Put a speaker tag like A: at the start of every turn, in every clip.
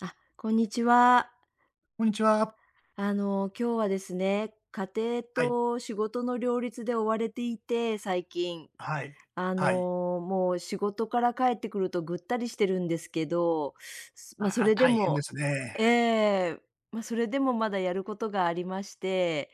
A: あ、こんにちは。
B: こんにちは。
A: 今日はですね、家庭
B: はい、
A: と仕事の両立で追われていて、最近。
B: はい、
A: あ
B: はい。
A: の、もう仕事から帰ってくるとぐったりしてるんですけど、まあ、そ
B: ああ、
A: れで
B: 大変で
A: も
B: す
A: え
B: ね。
A: え、まあ、それでもまだやることがありまして、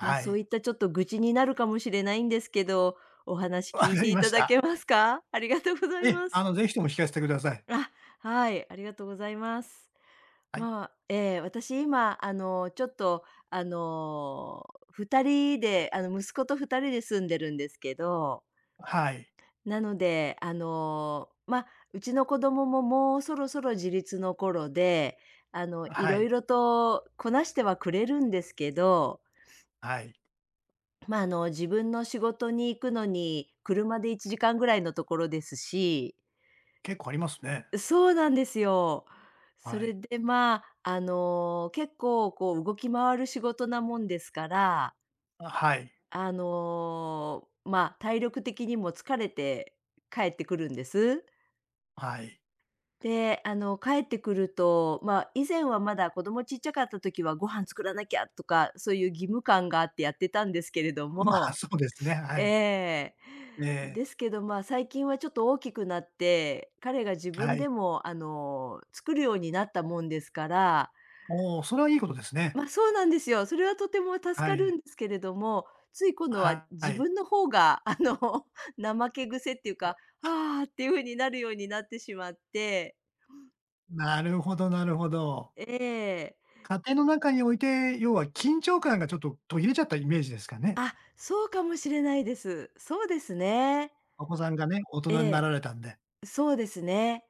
A: まあ、そう
B: い。
A: いったちょっと愚痴になるかもしれないんですけど、お話
B: わ
A: 聞い
B: か
A: て
B: り
A: い
B: ま
A: た
B: し
A: だ
B: た。
A: けますか？ありがとうござ
B: え
A: い
B: え、
A: ます。
B: ぜひとも聞かせてください。
A: あ、はい、ありがとうございます。
B: はい。
A: まあ、ええ、私今、ちょっと、二人で、息子と2人で住んでるんですけど、
B: はい。
A: なので、まあ、うちの子供ももうそろそろ自立の頃で、い
B: は
A: ろ
B: い。
A: いろとこなしてはくれるんですけど、
B: はい。
A: まあ、自分の仕事に行くのに車で1時間ぐらいのところですし、
B: 結構ありますね。
A: そうなんですよ。そ
B: は
A: れ
B: い。
A: で、まあ、結構こう動き回る仕事なもんですから、
B: あ、はい。
A: まあ、体力的にも疲れて帰ってくるんです。
B: はい。
A: で、帰ってくると、まあ、以前はまだ子供ちっちゃかった時はご飯作らなきゃとか、そういう義務感があってやってたんですけれど
B: まあ、
A: も、
B: そうですね。はい。
A: ええ。
B: ええ、
A: ですけど、ま、最近はちょっと大きくなって、彼が自
B: は
A: 分
B: い。
A: でも、作るようになったもんですから、
B: おお、それはいいことですね。
A: ま、そうなんですよ。それはとても助
B: は
A: かる
B: い。
A: んですけれども、つい今度は
B: は
A: 自
B: い。
A: 分の方が、怠け癖っていう
B: あ、
A: か、「ああ」っていう風になるようになってしまって。
B: なるほどなるほど。
A: ええ。
B: 家庭の中において、要は緊張感がちょっと途切れちゃったイメージですかね。
A: あ、そうかもしれないです。そうですね。
B: お子さんがね、大人
A: え
B: にな
A: え、
B: られたんで。
A: そうですね。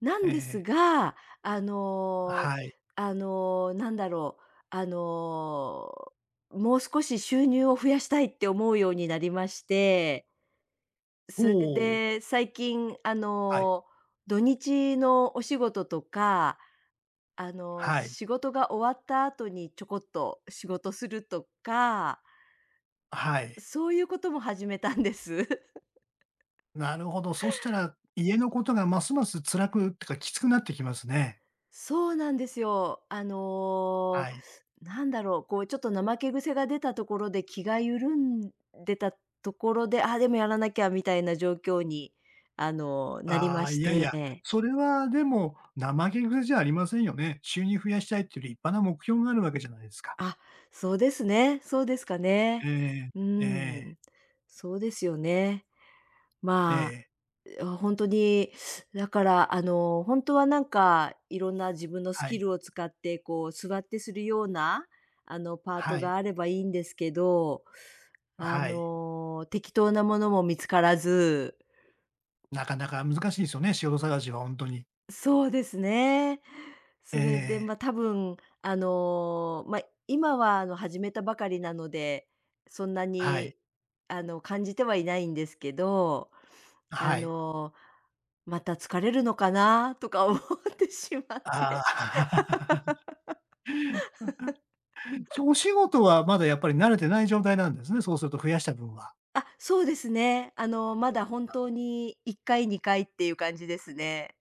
A: なん
B: え
A: です
B: え、
A: が、あの、
B: はい。
A: なんだろう、あの、もう少し収入を増やしたいって思うようになりまして、
B: お
A: それ
B: お、
A: で最近、
B: はい、
A: 土日のお仕事とか、
B: はい、
A: 仕事が終わった後にちょこっと仕事するとか、
B: はい。
A: そういうことも始めたんです。
B: なるほど。そしたら、家のことがますます辛くってか、きつくなってきますね。
A: そうなんですよ。
B: はい。
A: なんだろう、こうちょっと怠け癖が出たところで気が緩んでたところで、あ、でもやらなきゃみたいな状況に、なり
B: あ
A: ま
B: あ、
A: し
B: いやいや、
A: て。
B: それはでも、怠け癖じゃありませんよね。収入増やしたいっていう立派な目標があるわけじゃないですか。
A: あ、そうですね、そうですか
B: え
A: ね。
B: え、
A: うー
B: ええ、
A: ん、そうですよね。
B: え
A: ま
B: え、
A: あ本当に、だから、本当はなんか、いろんな自分のス
B: は
A: キ
B: い、
A: ルを使って、こう、座ってするような、パート
B: はい、
A: があればいいんですけど、
B: はい。
A: 適当なものも見つからず、
B: なかなか難しいですよね、仕事探しは本当に。
A: そうですね。
B: え
A: それで、
B: え、
A: ま、多分、あの、ま、今は、始めたばかりなので、そんな
B: はい、
A: に、感じてはいないんですけど、あ
B: はい。
A: の、また疲れるのかなとか思ってしまっ
B: あ
A: て。
B: あ。お仕事はまだやっぱり慣れてない状態なんですね、そうすると増やした分は。
A: あ、そうですね。まだ本当に1回、2回っていう感じですね。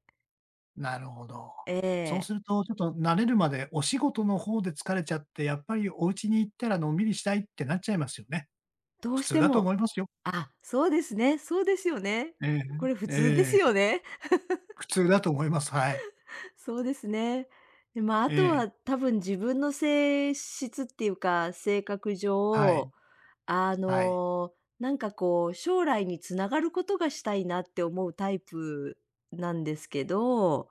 B: なるほど。
A: え
B: そうす
A: え。
B: ると、ちょっと慣れるまでお仕事の方で疲れちゃって、やっぱりお家に行ったらのんびりしたいってなっちゃいますよね。
A: ど
B: 普
A: うし
B: 通
A: て
B: だと思
A: も、
B: いますよ。
A: あ、そうですね、そうですよね。
B: ええ、
A: これ普
B: え
A: 通です
B: え、
A: よね。
B: 普通だと思います。はい。
A: そうですね。で、まあ、あ
B: え
A: と
B: え、
A: は多分自分の性質っていうか、性格
B: はい、
A: 上、あ
B: はい、
A: の、なんかこう、将来につながることがしたいなって思うタイプなんですけど、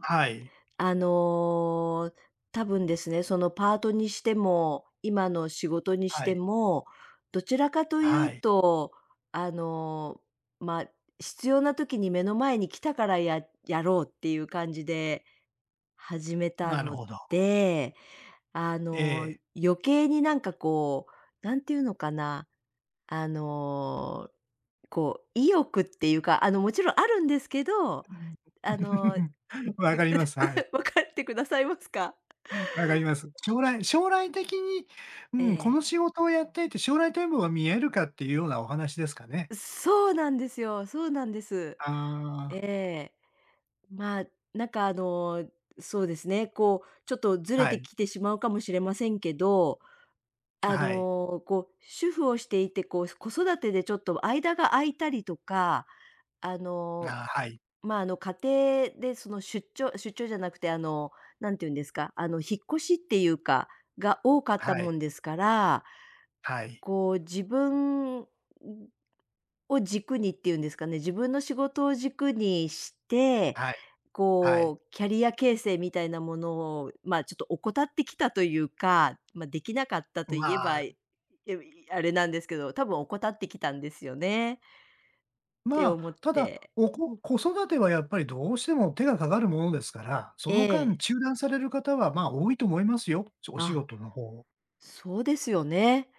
B: はい、
A: あの、多分ですね、そのパートにしても、今の仕事にし
B: は
A: て
B: い、
A: も、どちらかとい
B: は
A: う
B: い。
A: と、あの、まあ、必要な時に目の前に来たからややろうっていう感じで始めた
B: なる
A: の
B: ほど。
A: で、あ
B: え
A: の、
B: え。
A: 余計になんかこう、なんていうのかな、あの、こう、意欲っていうか、もちろんあるんですけど、あの、
B: わか
A: 分
B: ります。はい。
A: かってくださいますか？
B: わかります。将来将来的に、う
A: え
B: ん、この
A: え。
B: 仕事をやっていて、将来展望が見えるかっていうようなお話ですかね。
A: そうなんですよ。そうなんです。
B: あ
A: ええ。まあ、なんかあの、そうですね、こう、ちょっとず
B: あ、
A: れ
B: は
A: て
B: い、
A: きてしまうかもしれませんけど、
B: はい。
A: こう、主婦をしていて、こう、子育てでちょっと間が空いたりとか、あ
B: あ
A: の、
B: あ、はい。
A: ま、家庭でその出張じゃなくて、んていうんですか、引っ越しっていうか、が多かった
B: は
A: も
B: い、
A: んですから、
B: はい、
A: こう、自分を軸にっていうんですかね、自分の仕事を軸にして、
B: はい、はい。
A: こう、キャリア形成みたいなものを、まあ、ちょっと怠ってきたというか、まあ、できなかったと
B: ま
A: いえば、
B: あ、
A: えあれなんですけど、多分怠ってきたんですよねっ
B: ま
A: て思っ
B: あ、ただ、
A: て、
B: おこ子育てはやっぱりどうしても手がかかるものですから、そ
A: え
B: の間
A: え。
B: 中断される方は、まあ、多いと思いますよ、お仕
A: あ、
B: 事の方。
A: そうですよね。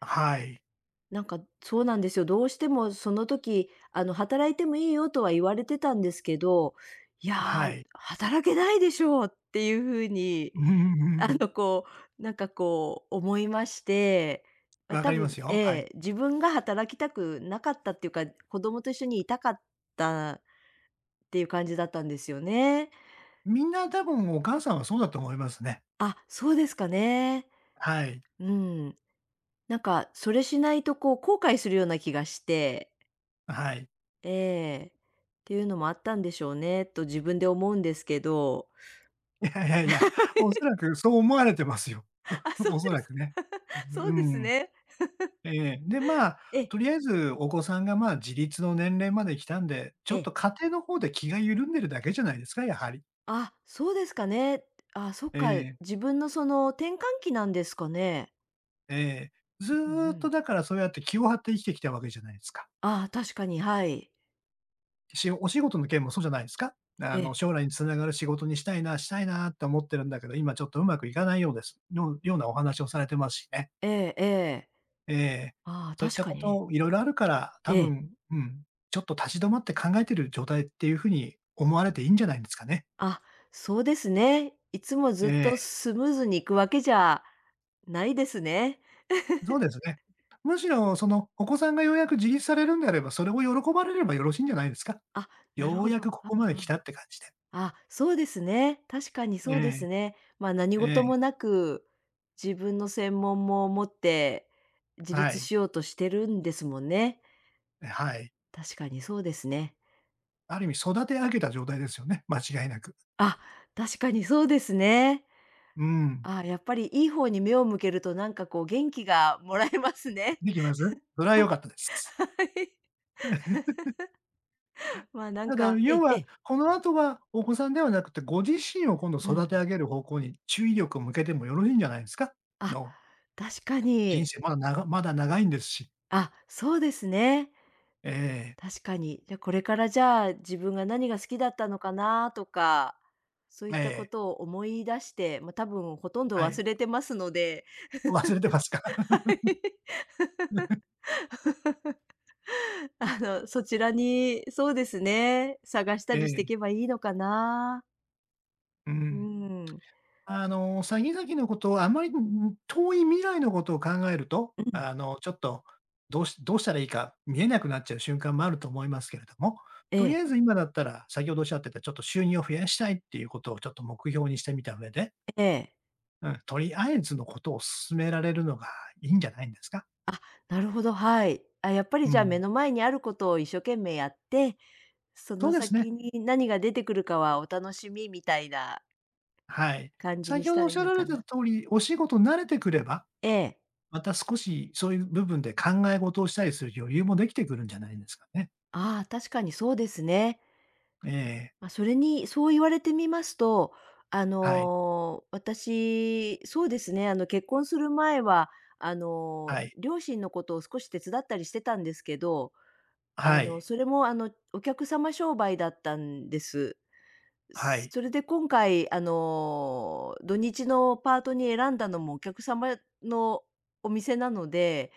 B: はい、
A: なんか、そうなんですよ。どうしてもその時、働いてもいいよとは言われてたんですけど、いや
B: は
A: ー、
B: い。
A: 働けないでしょうっていう風に
B: うんうんう ん。
A: こう、なんかこう思いまして、まあ、
B: わ
A: 多
B: かりま
A: 分
B: す
A: え
B: よ。はい。
A: え、自分が働きたくなかったっていうか、子供と一緒にいたかったっていう感じだったんですよね。
B: みんな多分お母さんはそうだと思いますね。
A: あ、そうですかね。
B: はい、
A: うん。なんか、それしないとこう後悔するような気がして、
B: はい。
A: ええ、っていうのもあったんでしょうねと自分で思うんですけど。
B: いやいやいや、おそらくそう思われてますよ。
A: あ、そう
B: おそ
A: で
B: ら
A: す
B: く
A: か。
B: ね。
A: そ
B: う
A: うです
B: ん。
A: ね。
B: ええ、で、まあ、
A: ええ、
B: とりあえずお子さんが、まあ、自立の年齢まで来たんで、ちょ
A: え
B: っと
A: え。
B: 家庭の方で気が緩んでるだけじゃないですか、やはり。
A: あ、そうですかね。あ、そっ
B: え
A: か、
B: え、
A: 自分のその転換期なんですかね。
B: ええ。ず
A: うんう
B: っと
A: ん。
B: だからそうやって気を張って生きてきたわけじゃないですか。
A: あ、確かに、はい。
B: しお仕事の件もそうじゃないですか？
A: ええ、
B: 将来に繋がる仕事にしたいな、したいなって思ってるんだけど、今ちょっとうまくいかないようです。のようなお話をされてますしね。
A: ええええ。
B: ええ。
A: あ、
B: そういっ
A: 確
B: た
A: か
B: こ
A: に。
B: といろいろあるから、多
A: ええ。
B: 分、うん、ちょっと立ち止まって考えてる状態っていう風に思われていいんじゃないですかね。
A: あ、そうですね。いつも
B: え
A: ずっと
B: え。
A: スムーズにいくわけじゃないですね。
B: そうですね。むしろその、お子さんがようやく自立されるんであれば、それを喜ばれればよろしいんじゃないですか？
A: あ、なる
B: よう
A: ほ
B: や
A: ど。
B: くこ
A: あ、
B: こまで
A: うんう
B: 来
A: ん。
B: たって感じで。
A: あ、そうですね。確かに
B: え
A: そうで
B: え、
A: すね。ま、あ、何
B: ええ、
A: 事もなく、自分の専門も持って自
B: は
A: 立
B: い、
A: しようとしてるんですもんね。
B: はい。
A: 確かにそうですね。
B: ある意味育て上げた状態ですよね、間違いなく。
A: あ、確かにそうですね。
B: うん。
A: あ、やっぱりいい方に目を向けると、なんかこう元気がもらえますね。
B: できます？それは良かったです。
A: はい。まあ、なん
B: ただ、
A: か
B: 要
A: え
B: は、
A: え、
B: この後はお子さんではなくて、ご自身を今度
A: う
B: 育
A: ん。
B: て上げる方向に注意力を向けてもよろしいんじゃないですか？
A: あ、
B: の、
A: 確か
B: 人
A: に。
B: 生まだ長まだ長いんですし。
A: あ、そうですね。
B: ええ、
A: 確かに。じゃ、これからじゃあ、自分が何が好きだったのかなとか、そういっ
B: え
A: たこ
B: え、
A: とを思い出して、ま、多分ほとんど
B: はい。
A: 忘れてますので、
B: 忘れてますか？
A: は い。そちらに、そうですね、探した
B: え
A: りしていけ
B: え。
A: ばいいのかな。
B: う
A: うー
B: ん。
A: ん。
B: 先々のことをあまり、ん遠い未来のことを考えると、
A: うん。
B: ちょっと、どうしどうしたらいいか見えなくなっちゃう瞬間もあると思いますけれども、
A: え
B: とりあ
A: え、
B: えず今だったら、先ほどおっしゃってたちょっと収入を増やしたいっていうことをちょっと目標にしてみた上で、
A: ええ。
B: うん、とりあえずのことを進められるのがいいんじゃないんですか？
A: あ、なるほど、はい。あ、やっぱり
B: う
A: じゃあ
B: ん。
A: 目の前にあることを一生懸命やって、そ
B: そう
A: の
B: ですね。
A: 先に何が出てくるかはお楽しみみたいな
B: はい。
A: 感じに
B: 先
A: し
B: ほど
A: た
B: おっ
A: ら
B: し
A: いい
B: ゃ
A: の
B: られ
A: か
B: てた
A: な。
B: 通り、お仕事慣れてくれば、
A: ええ。
B: また少しそういう部分で考え事をしたりする余裕もできてくるんじゃないですかね。
A: ああ、確かにそうですね。
B: ええ、
A: まあ、それに、そう言われてみますと、
B: はい、
A: 私、そうですね、結婚する前は、
B: はい、
A: 両親のことを少し手伝ったりしてたんですけど、
B: はい、
A: それも、お客様商売だったんです。
B: はい。
A: それで今回、土日のパートに選んだのもお客様のお店なので、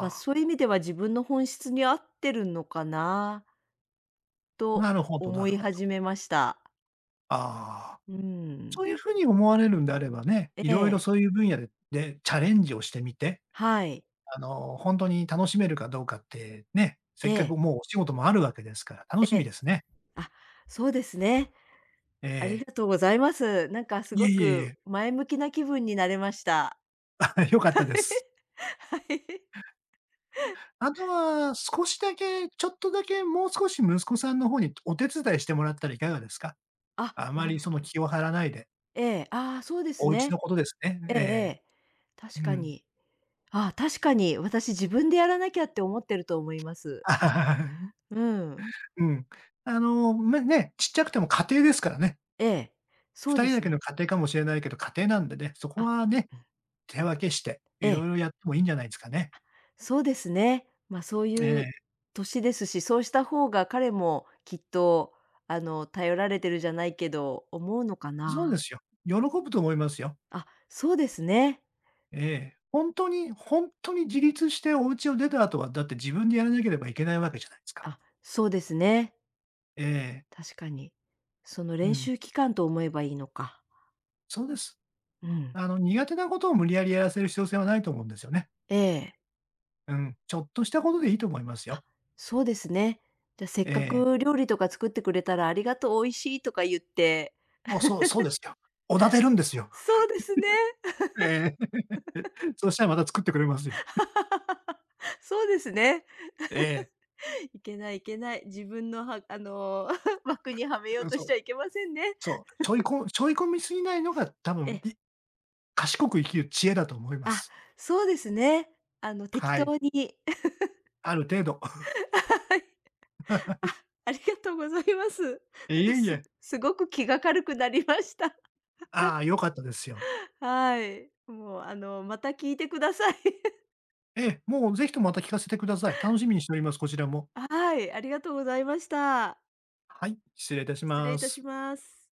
A: まあ、そういう意味では自分の本質に合ってるのかな
B: あ、な
A: と
B: るほどな
A: 思
B: る
A: い
B: ほど。
A: 始めました。
B: ああ、
A: うん。
B: そういう風に思われるんであればね、
A: え
B: いろいろ
A: え、
B: そういう分野でで、チャレンジをしてみて、
A: はい。
B: ほんとに楽しめるかどうかって、ね、せ
A: え
B: っかく
A: え、
B: もうお仕事もあるわけですから、楽し
A: え
B: み
A: え。
B: ですね。
A: あ、そうですね。
B: え
A: あり
B: え。
A: がとうございます。なんかす
B: いえ
A: ご
B: いえい
A: く
B: え、
A: 前向きな気分になれました。
B: あ良 かっ
A: は
B: た
A: い。
B: です。
A: はい。
B: あとは、少しだけ、ちょっとだけもう少し息子さんの方にお手伝いしてもらったらいかがですか？
A: あ、
B: あま
A: なる
B: りそ
A: ほ
B: の
A: ど。
B: 気を張らないで、
A: ええ、ああ、そうです
B: お家の
A: ね。
B: ことですね。
A: ええ
B: え
A: え
B: え、
A: え。確
B: う
A: か
B: ん。
A: に。ああ、確かに私自分でやらなきゃって思ってると思います。うん。
B: うん。あの、ま、ね、ちっちゃくても家庭ですからね。
A: ええ、そう
B: 2
A: で
B: 人だ
A: す
B: けの
A: ね。
B: 家庭かもしれないけど、家庭なんでね、そこ
A: あ、
B: はね、
A: うん、
B: 手分けして、
A: え
B: いろ
A: え。
B: いろやってもいいんじゃないですかね。
A: そうですね。ま、あそう
B: え
A: いう
B: え、
A: 年ですし、そうした方が彼もきっと、頼られてるじゃないけど、思うのか
B: そうで
A: な。
B: すよ。喜ぶと思いますよ。
A: あ、そうですね。
B: ええ。ほんとにほんとに自立してお家を出た後は、だって自分でやらなければいけないわけじゃないですか。
A: あ、そうですね。
B: ええ、
A: 確かに。その
B: う
A: 練
B: ん、
A: 習期間と思えばいいのか。
B: そうです。
A: うん。
B: 苦手なことを無理やりやらせる必要性はないと思うんですよね。
A: ええ。
B: うん、ちょっとしたことでいいと思います
A: あ、
B: よ。
A: そうですね。じゃ、せっ
B: え
A: かく
B: え。
A: 料理とか作ってくれたら、ありがとう、美味しいとか言って、
B: そうそう、そうですよ。おだてるんですよ。
A: そうですね。
B: ええ、そしたらまた作ってくれますよ。
A: そうですね。
B: ええ。
A: いけないいけない。自分のはあの、枠にはめよ
B: う
A: う
B: ん、
A: と
B: そ
A: し
B: う。
A: てはいけませんね。
B: そう。ちょいこちょい込みすぎないのが多分、
A: え、
B: い賢く生きる知恵だと思いま
A: あ、
B: す。
A: そうですね。適
B: はい。
A: 当に。
B: ある程度。
A: はい。あ、ありがとうございます。なん
B: い
A: か
B: えい
A: す
B: え。
A: すごく気が軽くなりました。
B: ああ、良かったですよ。
A: はい。もう、また聞いてください。
B: ええ、もうぜひともまた聞かせてください。楽しみにしております、こちらも。
A: はい、ありがとうございました。
B: はい、失礼いたし
A: 失礼
B: ま
A: いたし
B: す。
A: ます。